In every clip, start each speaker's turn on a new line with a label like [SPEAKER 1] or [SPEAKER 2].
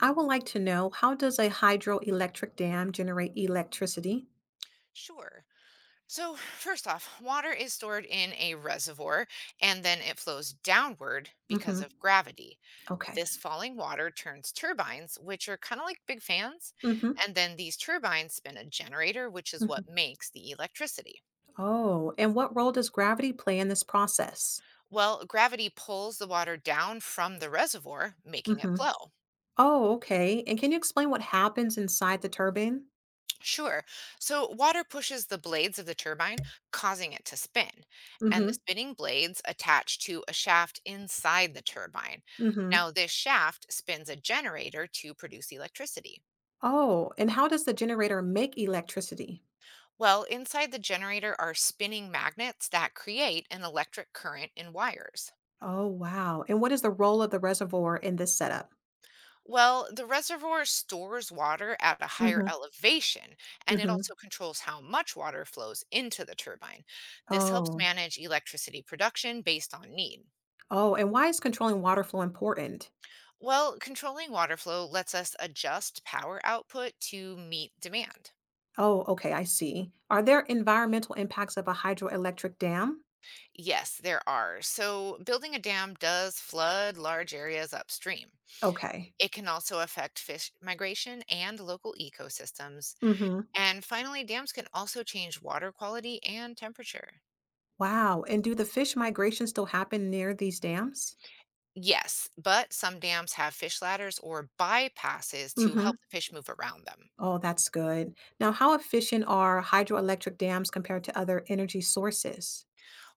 [SPEAKER 1] I would like to know, how does a hydroelectric dam generate electricity?
[SPEAKER 2] Sure. So, first off, water is stored in a reservoir and then it flows downward because
[SPEAKER 1] Hmm.
[SPEAKER 2] of gravity.
[SPEAKER 1] Okay.
[SPEAKER 2] This falling water turns turbines, which are kind of like big fans,
[SPEAKER 1] Hmm.
[SPEAKER 2] and then these turbines spin a generator, which is
[SPEAKER 1] Hmm.
[SPEAKER 2] what makes the electricity.
[SPEAKER 1] Oh, and what role does gravity play in this process?
[SPEAKER 2] Well, gravity pulls the water down from the reservoir, making it
[SPEAKER 1] Hmm.
[SPEAKER 2] flow.
[SPEAKER 1] Oh, okay. And can you explain what happens inside the turbine?
[SPEAKER 2] Sure. So water pushes the blades of the turbine, causing it to spin. And the
[SPEAKER 1] Hmm.
[SPEAKER 2] spinning blades attach to a shaft inside the turbine.
[SPEAKER 1] Hmm.
[SPEAKER 2] Now, this shaft spins a generator to produce electricity.
[SPEAKER 1] Oh, and how does the generator make electricity?
[SPEAKER 2] Well, inside the generator are spinning magnets that create an electric current in wires.
[SPEAKER 1] Oh, wow. And what is the role of the reservoir in this setup?
[SPEAKER 2] Well, the reservoir stores water at a higher
[SPEAKER 1] Hmm.
[SPEAKER 2] elevation, and it
[SPEAKER 1] Hmm.
[SPEAKER 2] also controls how much water flows into the turbine. This helps
[SPEAKER 1] Oh,
[SPEAKER 2] manage electricity production based on need.
[SPEAKER 1] oh, and why is controlling water flow important?
[SPEAKER 2] Well, controlling water flow lets us adjust power output to meet demand.
[SPEAKER 1] Oh, okay, I see. Are there environmental impacts of a hydroelectric dam?
[SPEAKER 2] Yes, there are. So, building a dam does flood large areas upstream.
[SPEAKER 1] Okay.
[SPEAKER 2] It can also affect fish migration and local ecosystems.
[SPEAKER 1] Mm-hmm.
[SPEAKER 2] And finally, dams can also change water quality and temperature.
[SPEAKER 1] Wow. And do the fish migration still happen near these dams?
[SPEAKER 2] Yes, but some dams have fish ladders or bypasses to
[SPEAKER 1] Mm-hmm.
[SPEAKER 2] help the fish move around them.
[SPEAKER 1] Oh, that's good. Now, how efficient are hydroelectric dams compared to other energy sources?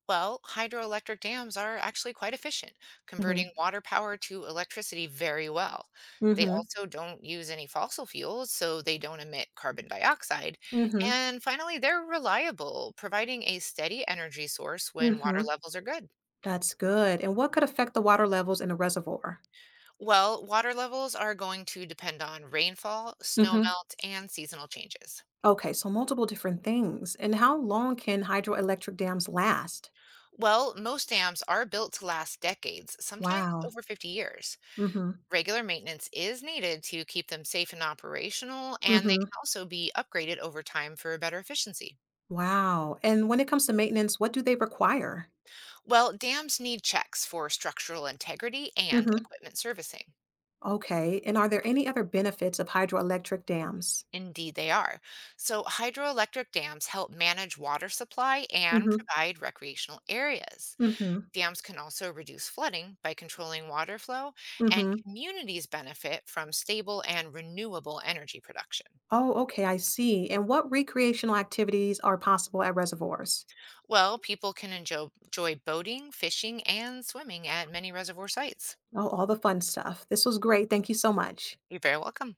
[SPEAKER 2] Well, hydroelectric dams are actually quite efficient,
[SPEAKER 1] Mm-hmm.
[SPEAKER 2] converting water power to electricity very well. They
[SPEAKER 1] Mm-hmm.
[SPEAKER 2] also don't use any fossil fuels, so they don't emit carbon dioxide.
[SPEAKER 1] Mm-hmm.
[SPEAKER 2] And finally, they're reliable, providing a steady energy source when water
[SPEAKER 1] Mm-hmm.
[SPEAKER 2] levels are good.
[SPEAKER 1] That's good. And what could affect the water levels in a reservoir?
[SPEAKER 2] Well, water levels are going to depend on rainfall, snow
[SPEAKER 1] Mm-hmm.
[SPEAKER 2] melt, and seasonal changes.
[SPEAKER 1] Okay, so multiple different things. And how long can hydroelectric dams last?
[SPEAKER 2] Well, most dams are built to last decades, sometimes
[SPEAKER 1] Wow.
[SPEAKER 2] over 50 years.
[SPEAKER 1] Mm-hmm.
[SPEAKER 2] Regular maintenance is needed to keep them safe and operational, and they
[SPEAKER 1] Mm-hmm.
[SPEAKER 2] can also be upgraded over time for better efficiency.
[SPEAKER 1] Wow. And when it comes to maintenance, what do they require?
[SPEAKER 2] Well, dams need checks for structural integrity and
[SPEAKER 1] Hmm.
[SPEAKER 2] equipment servicing.
[SPEAKER 1] Okay. And are there any other benefits of hydroelectric dams?
[SPEAKER 2] Indeed, they are. So, hydroelectric dams help manage water supply and
[SPEAKER 1] Hmm.
[SPEAKER 2] provide recreational areas.
[SPEAKER 1] Hmm.
[SPEAKER 2] Dams can also reduce flooding by controlling water flow, and
[SPEAKER 1] Hmm.
[SPEAKER 2] communities benefit from stable and renewable energy production.
[SPEAKER 1] Oh, okay, I see. And what recreational activities are possible at reservoirs?
[SPEAKER 2] Well, people can enjoy boating, fishing, and swimming at many reservoir sites.
[SPEAKER 1] Oh, all the fun stuff. This was great. Thank you so much.
[SPEAKER 2] You're very welcome.